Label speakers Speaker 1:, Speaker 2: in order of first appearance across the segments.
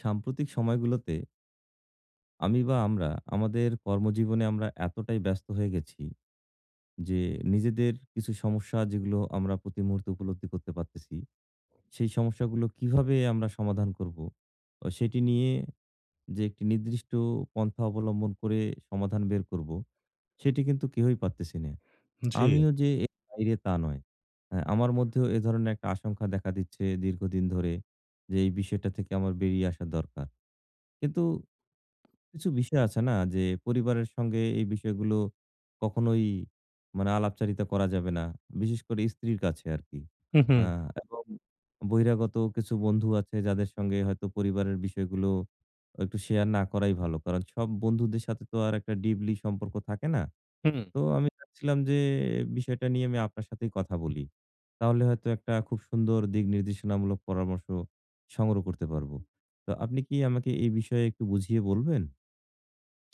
Speaker 1: সাম্প্রতিক সময়গুলোতে আমি বা আমরা আমাদের কর্মজীবনে আমরা এতটাই ব্যস্ত হয়ে গেছি যে নিজেদের কিছু সমস্যা যেগুলো আমরা প্রতি মুহূর্তে উপলব্ধি করতে পারতেছি সেই সমস্যাগুলো কিভাবে আমরা সমাধান করব ও সেটি নিয়ে যে একটি নির্দিষ্ট পন্থা অবলম্বন করে সমাধান বের করব সেটি কিন্তু কেউই পারতেছি না।
Speaker 2: জি।
Speaker 1: আমিও যে এর বাইরে তা নয়। হ্যাঁ, আমার মধ্যেও এ ধরনের একটা আশঙ্কা দেখা দিচ্ছে দীর্ঘদিন ধরে যে এই বিষয়টা থেকে আমার বেরিয়ে আসা দরকার। কিন্তু কিছু বিষয় আছে না যে পরিবারের সঙ্গে এই বিষয়গুলো কখনোই মানে আলাপচারিতা করা যাবে না। বিশেষ করে স্ত্রীর কাছে আরকি।
Speaker 2: হু, হু,
Speaker 1: আ এবং বহিরাগত কিছু বন্ধু আছে যাদের সঙ্গে হয়তো পরিবারের বিষয়গুলো একটু শেয়ার না করাই ভালো। কারণ সব বন্ধুদের সাথে তো আর একটা ডিপলি সম্পর্ক থাকে না।
Speaker 2: হুম।
Speaker 1: তো আমি চাচ্ছিলাম যে বিষয়টা নিয়ে আমি আপনার সাথেই কথা বলি। তাহলে হয়তো একটা খুব সুন্দর দিক নির্দেশনামূলক পরামর্শ সংগ্রহ করতে পারবো। তো আপনি কি আমাকে এই বিষয়ে একটু বুঝিয়ে বলবেন?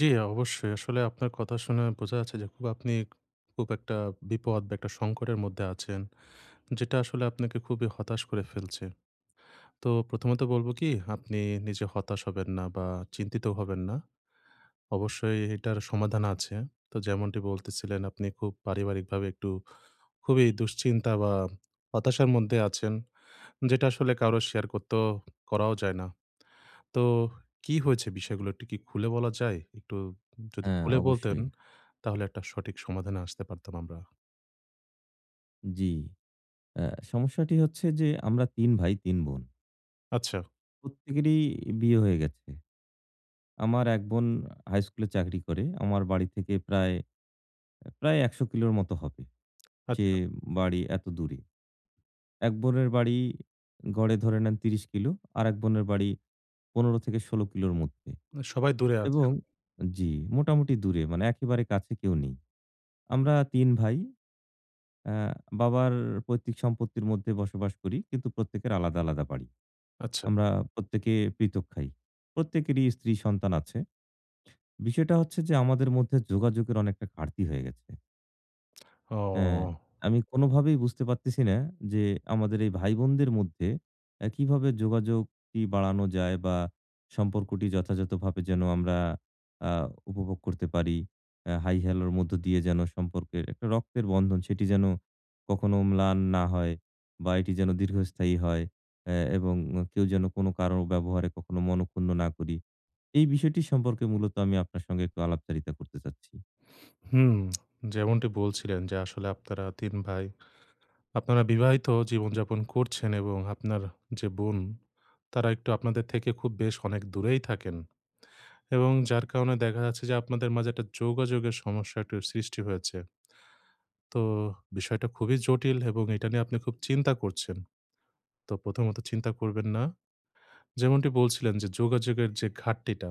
Speaker 2: জি, অবশ্যই। আসলে আপনার কথা শুনে বোঝা যাচ্ছে যে খুব আপনি খুব একটা বিপদ বা একটা সংকটের মধ্যে আছেন। যেটা আসলে আপনাকে খুবই হতাশ করে ফেলছে। তো প্রথমত বলব কি আপনি নিজে হতাশ হবেন না বা চিন্তিত হবেন না। অবশ্যই এটার সমাধান আছে। তো যেমনটি বলতেছিলেন আপনি খুব পারিবারিকভাবে একটু খুবই দুশ্চিন্তা বা হতাশার মধ্যে আছেন। যেটা আসলে কারো শেয়ার করাও যায় না। তো কি হয়েছে বিষয়গুলো একটু কি খুলে বলা যায়? একটু যদি
Speaker 1: হ্যাঁ,
Speaker 2: খুলে বলতেন
Speaker 1: অবশ্যই।
Speaker 2: তাহলে একটা সঠিক সমাধানে আসতে পারতাম আমরা।
Speaker 1: জি। আ সমস্যাটি হচ্ছে যে আমরা ৩ ভাই ৩ বোন।
Speaker 2: আচ্ছা,
Speaker 1: প্রত্যেকেরই বিয়ে হয়ে গেছে। আমার ১ বোন হাই স্কুলে চাকরি করে। আমার বাড়ি থেকে প্রায় ১০০ কিলোর মতো হবে। সে
Speaker 2: আচ্ছা।
Speaker 1: বাড়ি এত দূরে। ১ বোনের বাড়ি গড়ে ধরে নেন ৩০ কিলো। আরেক বোনের বাড়ি ১৫ থেকে ১৬ কিলোর মধ্যে।
Speaker 2: সবাই দূরে
Speaker 1: এবং
Speaker 2: আছেন।
Speaker 1: জি, মোটামুটি দূরে মানে একেবারে কাছে কেউ নেই। আমরা ৩ ভাই। আ বাবার পৈতৃক সম্পত্তির মধ্যে বসবাস করি। কিন্তু প্রত্যেকের আলাদা, আলাদা বাড়ি।
Speaker 2: আচ্ছা।
Speaker 1: আমরা প্রত্যেকে পৃথক খাই। প্রত্যেকেরই স্ত্রী সন্তান আছে। বিষয়টা হচ্ছে যে আমাদের মধ্যে যোগাযোগের অনেকটা ঘাটতি হয়ে গেছে। হ্যাঁ,
Speaker 2: ও!
Speaker 1: আমি কোনোভাবেই বুঝতে পারতেছি না যে আমাদের এই ভাই-বোনদের মধ্যে কিভাবে যোগাযোগটি বাড়ানো যায় বা সম্পর্কটি যথাযথভাবে যেন আমরা আ উপভোগ করতে পারি। হাই-হেলোর মধ্য দিয়ে যেন সম্পর্কের একটা রক্তের বন্ধন সেটি যেন কখনো ম্লান না হয় বা এটি যেন দীর্ঘস্থায়ী হয়, এবং কেউ যেন কোনো কারো ব্যবহারে কখনো মনঃক্ষুণ্ণ না করি। এই বিষয়টি সম্পর্কে মূলত আমি আপনার সঙ্গে একটু আলাপচারিতা করতে চাচ্ছি।
Speaker 2: হুম। যেমনটি বলছিলেন যে আসলে আপনারা ৩ ভাই। আপনারা বিবাহিত জীবনযাপন করছেন এবং আপনার যে বোন তারা একটু আপনাদের থেকে খুব বেশ অনেক দূরেই থাকেন, এবং যার কারণে দেখা যাচ্ছে যে আপনাদের মাঝে একটা যোগাযোগের সমস্যা একটু সৃষ্টি হয়েছে। তো বিষয়টা খুবই জটিল এবং এটা নিয়ে আপনি খুব চিন্তা করছেন। তো প্রথমত চিন্তা করবেন না। যেমনটি বলছিলেন যে যোগাযোগের যে ঘাটতিটা,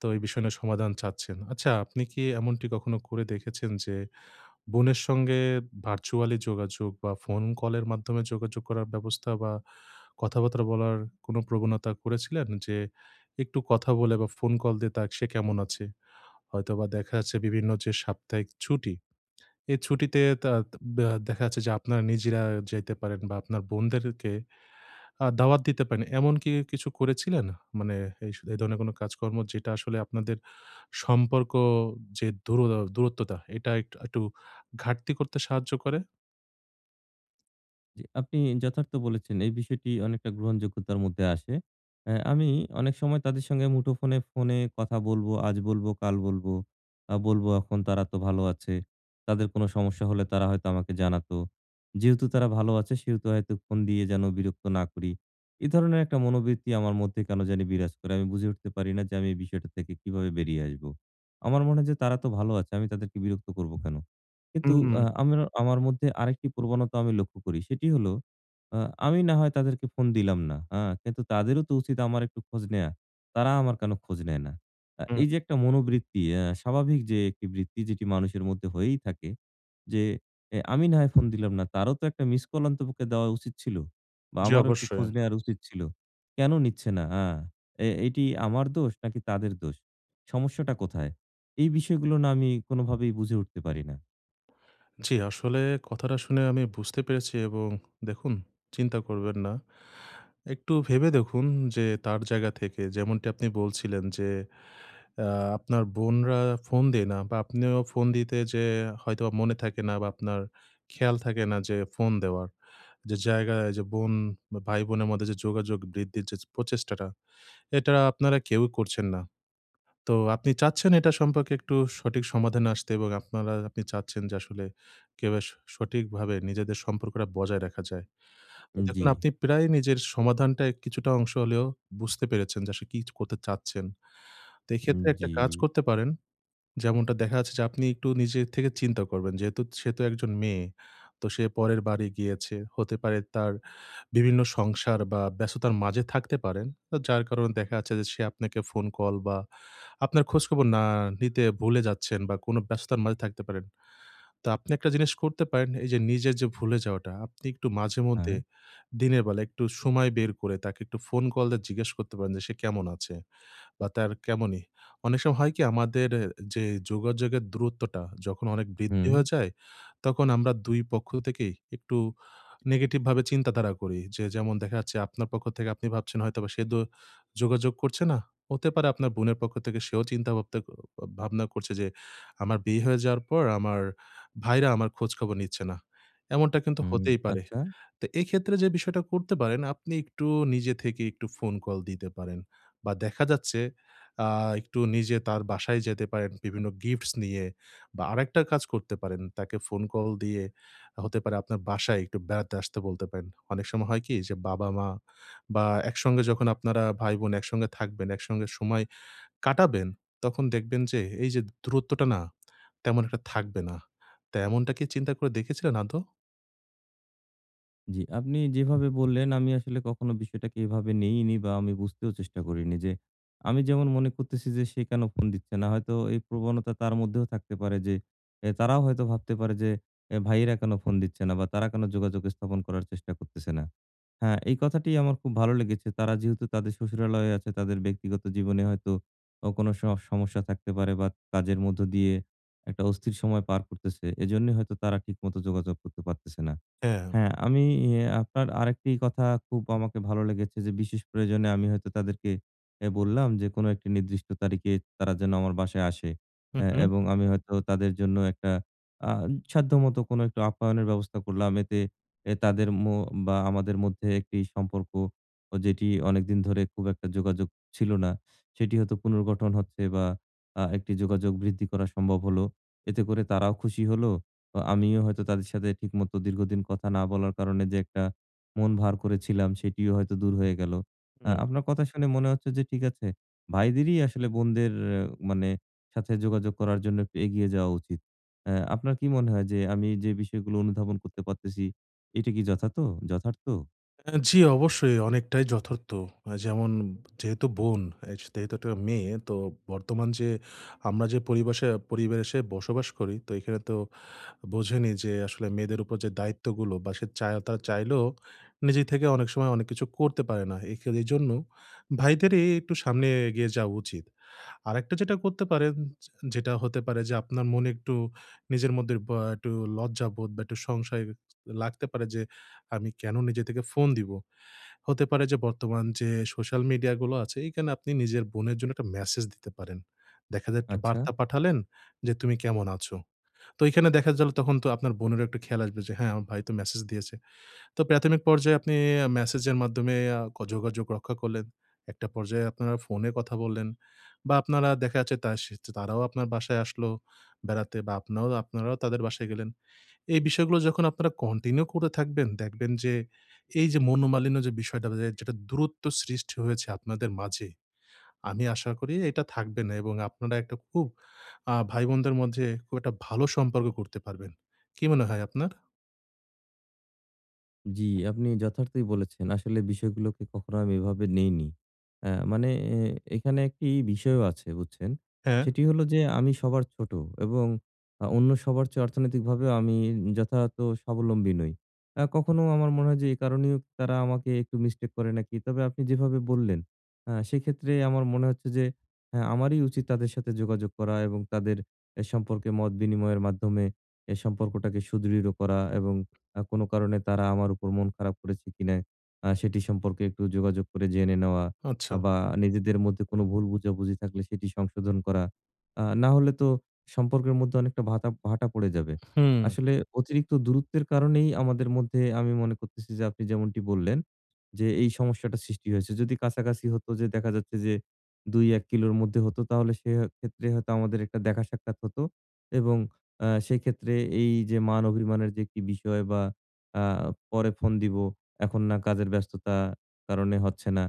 Speaker 2: তো এই বিষয় নিয়ে সমাধান চাচ্ছেন। আচ্ছা আপনি কি এমনটি কখনো করে দেখেছেন যে বোনের সঙ্গে ভার্চুয়ালি যোগাযোগ বা ফোন কলের মাধ্যমে যোগাযোগ করার ব্যবস্থা বা কথাবার্তা বলার কোনো প্রবণতা করেছিলেন? যে একটু কথা বলে বা ফোন কল দিয়ে তা সে কেমন আছে? হয়তোবা দেখা যাচ্ছে বিভিন্ন যে সাপ্তাহিক ছুটি এই ছুটিতে তা দেখা যাচ্ছে যে আপনারা নিজেরা যাইতে পারেন বা আপনার বোনদেরকে দাওয়াত দিতে পারেন। এমন কি কিছু করেছিলেন? মানে এই ধরনের কোন কাজকর্ম যেটা আসলে আপনাদের সম্পর্ক যে দূরত্বটা এটা একটু একটু ঘাটতি করতে সাহায্য করে?
Speaker 1: জি, আপনি যথার্থ বলেছেন। এই বিষয়টি অনেকটা গ্রহণযোগ্যতার মধ্যে আসে। আমি অনেক সময় তাদের সঙ্গে মুঠোফোনে ফোনে কথা বলব, আজ বলব, কাল বলব। বলব এখন তারা তো ভালো আছে। তাদের কোনো সমস্যা হলে তারা হয়তো আমাকে জানাতো। যেহেতু তারা ভালো আছে সেহেতু হয়তো ফোন দিয়ে যেন বিরক্ত না করি। এ ধরনের একটা মনোবৃত্তি আমার মধ্যে কেন জানি বিরাজ করে। আমি বুঝে উঠতে পারি না যে আমি এই বিষয়টা থেকে কিভাবে বেরিয়ে আসবো। আমার মনে হয় যে তারা তো ভালো আছে। আমি তাদেরকে বিরক্ত করব কেন? কিন্তু
Speaker 2: হুম, হুম।
Speaker 1: আ আমার আমার মধ্যে আরেকটি প্রবণতা আমি লক্ষ্য করি। সেটি হলো, আ আমি না হয় তাদেরকে ফোন দিলাম না। হ্যাঁ? কিন্তু তাদেরও তো উচিত আমার একটু খোঁজ নেয়া। তারা আমার কেন খোঁজ নেয় না? এই যে একটা মনোবৃত্তি, স্বাভাবিক যে একটি বৃত্তি যেটি মানুষের মধ্যে হয়েই থাকে যে আমি না হয় ফোন দিলাম না। তারও তো একটা মিস কল অন্তপক্ষে দেওয়া উচিত ছিল বা
Speaker 2: জি,
Speaker 1: আমারও একটু
Speaker 2: অবশ্যই।
Speaker 1: খোঁজ নেয়ার উচিত ছিল। কেন নিচ্ছে না? আ এ এটি আমার দোষ নাকি তাদের দোষ? সমস্যাটা কোথায়? এই বিষয়গুলো না আমি কোনোভাবেই বুঝে উঠতে পারি না।
Speaker 2: জি, আসলে কথাটা শুনে আমি বুঝতে পেরেছি এবং দেখুন চিন্তা করবেন না। একটু ভেবে দেখুন যে তার জায়গা থেকে যেমনটি আপনি বলছিলেন যে আ আপনার বোনরা ফোন দেয় না বা আপনিও ফোন দিতে যেয়ে হয়তোবা মনে থাকে না বা আপনার খেয়াল থাকে না যে ফোন দেওয়ার। যে জায়গায় যে বোন বা ভাই-বোনের মধ্যে যে যোগাযোগ বৃদ্ধির যে প্রচেষ্টাটা, এটা আপনারা কেউই করছেন না। তো আপনি চাচ্ছেন এটা সম্পর্কে একটু সঠিক সমাধানে আসতে এবং আপনি চাচ্ছেন যে আসলে কিভাবে সঠিকভাবে নিজেদের সম্পর্কটা বজায় রাখা যায়। তো
Speaker 1: জি,
Speaker 2: দেখুন আপনি প্রায় নিজের সমাধানটা কিছুটা অংশ হলেও বুঝতে পেরেছেন যে আসলে কি করতে চাচ্ছেন। তো এক্ষেত্রে একটা
Speaker 1: জি।
Speaker 2: কাজ করতে পারেন, যেমনটা দেখা যাচ্ছে যে আপনি একটু নিজে থেকে চিন্তা করবেন। যেহেতু সে তো একজন মেয়ে। তো সে পরের বাড়ি গিয়েছে। হতে পারে তার বিভিন্ন সংসার বা ব্যস্ততার মাঝে থাকতে পারেন। তো যার কারণে দেখা যাচ্ছে যে সে আপনাকে ফোন কল বা আপনার খোঁজখবর না নিতে ভুলে যাচ্ছেন বা কোনো ব্যস্ততার মাঝে থাকতে পারেন। তো আপনি একটা জিনিস করতে পারেন, এই যে নিজের যে ভুলে যাওয়াটা, আপনি একটু মাঝেমধ্যে
Speaker 1: হ্যাঁ।
Speaker 2: দিনের বেলা একটু সময় বের করে তাকে একটু ফোন কল দিয়ে জিজ্ঞেস করতে পারেন যে সে কেমন আছে? বা তার কেমনই। অনেক সময় হয় কি আমাদের যে যোগাযোগের দূরত্বটা যখন অনেক বৃদ্ধি
Speaker 1: হুম,
Speaker 2: হয়ে যায়, তখন আমরা ২ পক্ষ থেকেই একটু নেগেটিভ ভাবে চিন্তাধারা করি। যে যেমন দেখা যাচ্ছে আপনার পক্ষ থেকে আপনি ভাবছেন হয়তোবা সে যোগাযোগ করছে না। হতে পারে আপনার বোনের পক্ষ থেকে সেও চিন্তা ভাবতে ভাবনা করছে যে আমার বিয়ে হয়ে যাওয়ার পর আমার ভাইরা আমার খোঁজখবর নিচ্ছে না। এমনটা কিন্তু
Speaker 1: হুম।
Speaker 2: হতেই পারে।
Speaker 1: আচ্ছা।
Speaker 2: তো এক্ষেত্রে যে বিষয়টা করতে পারেন, আপনি একটু নিজে থেকে একটু ফোন কল দিতে পারেন। বা দেখা যাচ্ছে আ একটু নিজে তার বাসায় যেতে পারেন বিভিন্ন গিফটস নিয়ে। বা আরেকটা কাজ করতে পারেন, তাকে ফোন কল দিয়ে হতে পারে আপনার বাসায় একটু বেড়াতে আসতে বলতে পারেন। অনেক সময় হয় কি যে বাবা-মা বা একসঙ্গে যখন আপনারা ভাই-বোন একসঙ্গে থাকবেন, একসঙ্গে সময় কাটাবেন, তখন দেখবেন যে এই যে দূরত্বটা না তেমন একটা থাকবে না। তা এমনটা কি চিন্তা করে দেখেছিলেন আদৌ?
Speaker 1: জি, আপনি যেভাবে বললেন আমি আসলে কখনো বিষয়টাকে এভাবে নেইনি বা আমি বুঝতেও চেষ্টা করিনি যে আমি যেমন মনে করতেছি যে সে কেন ফোন দিচ্ছে না হয়তো এই প্রবণতা তার মধ্যেও থাকতে পারে যে তারাও হয়তো ভাবতে পারে যে ভাইয়েরা কেন ফোন দিচ্ছে না বা তারা কেন যোগাযোগ স্থাপন করার চেষ্টা করতেছে না। হ্যাঁ, এই কথাটি আমার খুব ভালো লেগেছে। তারা যেহেতু তাদের শ্বশুরালয়ে আছে তাদের ব্যক্তিগত জীবনে হয়তো ও কোনো সমস্যা থাকতে পারে বা কাজের মধ্য দিয়ে একটা অস্থির সময় পার করতেছে, এজন্য হয়তো তারা ঠিকমতো যোগাযোগ করতে পারতেছে না।
Speaker 2: হ্যাঁ।
Speaker 1: হ্যাঁ, আমি এ আপনার আরেকটি কথা খুব আমাকে ভালো লেগেছে যে, বিশেষ প্রয়োজনে আমি হয়তো তাদেরকে বললাম যে, কোনো একটি নির্দিষ্ট তারিখে তারা যেন আমার বাসায় আসে।
Speaker 2: হু, হু।
Speaker 1: এবং আমি হয়তো তাদের জন্য একটা আ সাধ্যমতো কোনো একটু আপ্যায়নের ব্যবস্থা করলাম। এতে এ তাদের মো বা আমাদের মধ্যে একটি সম্পর্ক ও যেটি অনেকদিন ধরে খুব একটা যোগাযোগ ছিল না, সেটি হয়তো পুনর্গঠন হচ্ছে বা একটি যোগাযোগ বৃদ্ধি করা সম্ভব হলো। এতে করে তারাও খুশি হলো, তো আমিও হয়তো তাদের সাথে ঠিকমতো দীর্ঘদিন কথা না বলার কারণে যে একটা মন ভার করেছিলাম সেটিও হয়তো দূর হয়ে গেল।
Speaker 2: হুম।
Speaker 1: আপনার কথা শুনে মনে হচ্ছে যে ঠিক আছে, ভাইদেরই আসলে বোনদের মানে সাথে যোগাযোগ করার জন্য একটু এগিয়ে যাওয়া উচিত। আপনার কি মনে হয় যে আমি যে বিষয়গুলো অনুধাবন করতে পারতেছি, এটা কি যথার্থ যথার্থ?
Speaker 2: জি, অবশ্যই অনেকটাই যথার্থ। যেমন যেহেতু বোন, যেহেতু একটা মেয়ে, তো বর্তমান যে আমরা যে পরিবেশে পরিবেশে বসবাস করি তো এখানে তো বোঝেনই যে আসলে মেয়েদের উপর যে দায়িত্বগুলো বা সে চায় তারা চাইলেও নিজে থেকে অনেক সময় অনেক কিছু করতে পারে না। এজন্য ভাইদেরই একটু সামনে এগিয়ে যাওয়া উচিত। আরেকটা যেটা করতে পারেন, যেটা হতে পারে যে আপনার মনে একটু নিজের মধ্যে বা একটু লজ্জাবোধ বা একটু সংশয় লাগতে পারে যে আমি কেন নিজে থেকে ফোন দিব? হতে পারে যে বর্তমান যে সোশ্যাল মিডিয়া গুলো আছে এখানে আপনি নিজের বোনের জন্য একটা মেসেজ দিতে পারেন। দেখা যায় একটা
Speaker 1: আচ্ছা।
Speaker 2: বার্তা পাঠালেন যে, "তুমি কেমন আছো?" তো এখানে দেখা গেল তখন তো আপনার বোনেরও একটু খেয়াল আসবে যে, "হ্যাঁ, আমার ভাই তো মেসেজ দিয়েছে।" তো প্রাথমিক পর্যায়ে আপনি মেসেজের মাধ্যমে আ ক যোগাযোগ রক্ষা করলেন। একটা পর্যায়ে আপনারা ফোনে কথা বললেন বা আপনারা দেখা যাচ্ছে তা সে তারাও আপনার বাসায় আসলো বেড়াতে বা আপনারাও আপনারাও তাদের বাসায় গেলেন। এই বিষয়গুলো যখন আপনারা কন্টিনিউ করে থাকবেন, দেখবেন যে এই যে মনোমালিন্য যে বিষয়টা যে যেটা দূরত্ব সৃষ্টি হয়েছে আপনাদের মাঝে, আমি আশা করি এটা থাকবে না এবং আপনারা একটা খুব ভাই-বোনদের মধ্যে খুব একটা ভালো সম্পর্ক করতে পারবেন। কি মনে হয় আপনার?
Speaker 1: জি, আপনি যথার্থই বলেছেন। আসলে বিষয়গুলোকে কখনো আমি এভাবে নেইনি। মানে এ এখানে একটি বিষয়ও আছে বুঝছেন?
Speaker 2: হ্যাঁ?
Speaker 1: সেটি হলো যে আমি সবার ছোট এবং অন্য সবার চেয়ে অর্থনৈতিকভাবেও আমি যথাযথ স্বাবলম্বী নই। কখনো আমার মনে হয় যে এ কারণেও তারা আমাকে একটু মিস্টেক করে নাকি। তবে আপনি যেভাবে বললেন, সেক্ষেত্রে আমার মনে হচ্ছে যে হ্যাঁ, আমারই উচিত তাদের সাথে যোগাযোগ করা এবং তাদের এ সম্পর্কে মত বিনিময়ের মাধ্যমে এ সম্পর্কটাকে সুদৃঢ় করা এবং কোনো কারণে তারা আমার উপর মন খারাপ করেছে কিনা সেটি সম্পর্কে একটু যোগাযোগ করে জেনে নেওয়া,
Speaker 2: আচ্ছা।
Speaker 1: বা নিজেদের মধ্যে কোনো ভুল বুঝাবুঝি থাকলে সেটি সংশোধন করা। না হলে তো সম্পর্কের মধ্যে অনেকটা ভাটা পড়ে যাবে।
Speaker 2: হুম,
Speaker 1: আসলে অতিরিক্ত দূরত্বের কারণেই আমাদের মধ্যে আমি মনে করতেছি যে আপনি যেমনটি বললেন যে এই সমস্যাটা সৃষ্টি হয়েছে। যদি কাছাকাছি হতো যে দেখা যাচ্ছে যে ২-১ কিলোর মধ্যে হতো তাহলে সে ক্ষেত্রে হয়তো আমাদের একটা দেখা সাক্ষাৎ হতো এবং সেক্ষেত্রে এই যে মান অভিমানের যে একটি বিষয় বা আ পরে ফোন দিব, এখন না কাজের ব্যস্ততা কারণে হচ্ছে না।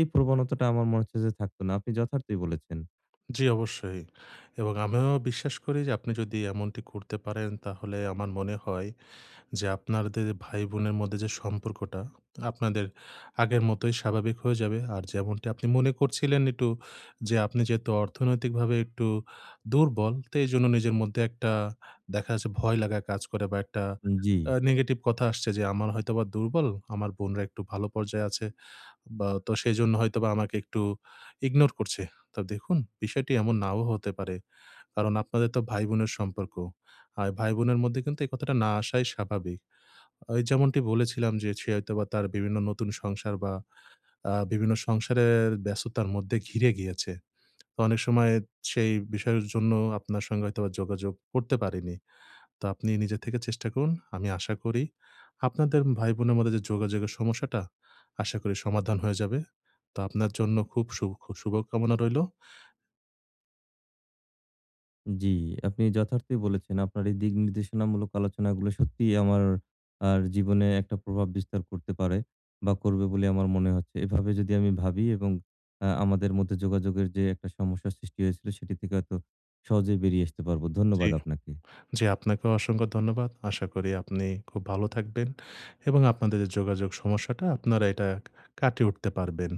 Speaker 1: এই প্রবণতাটা আমার মনে হচ্ছে যে থাকতো না। আপনি যথার্থই বলেছেন।
Speaker 2: জি অবশ্যই। এবং আমিও বিশ্বাস করি যে আপনি যদি এমনটি করতে পারেন তাহলে আমার মনে হয় যে আপনাদের ভাই-বোনের মধ্যে যে সম্পর্কটা, আপনাদের আগের মতোই স্বাভাবিক হয়ে যাবে। আর যেমনটি আপনি মনে করছিলেন একটু যে আপনি যেহেতু অর্থনৈতিকভাবে একটু দুর্বল, তো এইজন্য নিজের মধ্যে একটা দেখা যাচ্ছে ভয় লাগা কাজ করে বা একটা
Speaker 1: জি।
Speaker 2: নেগেটিভ কথা আসছে যে, "আমার হয়তোবা দুর্বল, আমার বোনরা একটু ভালো পর্যায়ে আছে বা তো সেজন্য হয়তোবা আমাকে একটু ইগনোর করছে।" তো দেখুন বিষয়টি এমন নাও হতে পারে। কারণ আপনাদের তো ভাই-বোনের সম্পর্ক। আর ভাই-বোনের মধ্যে কিন্তু এই কথাটা না আসাই স্বাভাবিক। যেমনটি বলেছিলাম যে সে হয়তোবা তার বিভিন্ন নতুন সংসার বা বিভিন্ন সংসারের ব্যস্ততার মধ্যে ঘিরে গিয়েছে। তো অনেক সময় সেই বিষয়ের জন্য আপনার সঙ্গে হয়তোবা যোগাযোগ করতে পারিনি। তো আপনি নিজে থেকে চেষ্টা করুন। আমি আশা করি আপনাদের ভাই-বোনের মধ্যে যে যোগাযোগের সমস্যাটা আশা করি সমাধান হয়ে যাবে। তো আপনার জন্য খুব শুভকামনা রইলো।
Speaker 1: জি, আপনি যথার্থই বলেছেন। আপনার এই দিক নির্দেশনামূলক আলোচনাগুলো সত্যিই আমার আর জীবনে একটা প্রভাব বিস্তার করতে পারে বা করবে বলে আমার মনে হচ্ছে। এভাবে যদি আমি ভাবি এবং আমাদের মধ্যে যোগাযোগের যে একটা সমস্যার সৃষ্টি হয়েছিল সেটি থেকে হয়তো সহজেই বেরিয়ে আসতে পারবো।
Speaker 2: জি,
Speaker 1: ধন্যবাদ আপনাকে।
Speaker 2: জি আপনাকেও অসংখ্য ধন্যবাদ। আশা করি আপনি খুব ভালো থাকবেন এবং আপনাদের যে যোগাযোগ সমস্যাটা আপনারা এটা কাটিয়ে উঠতে পারবেন।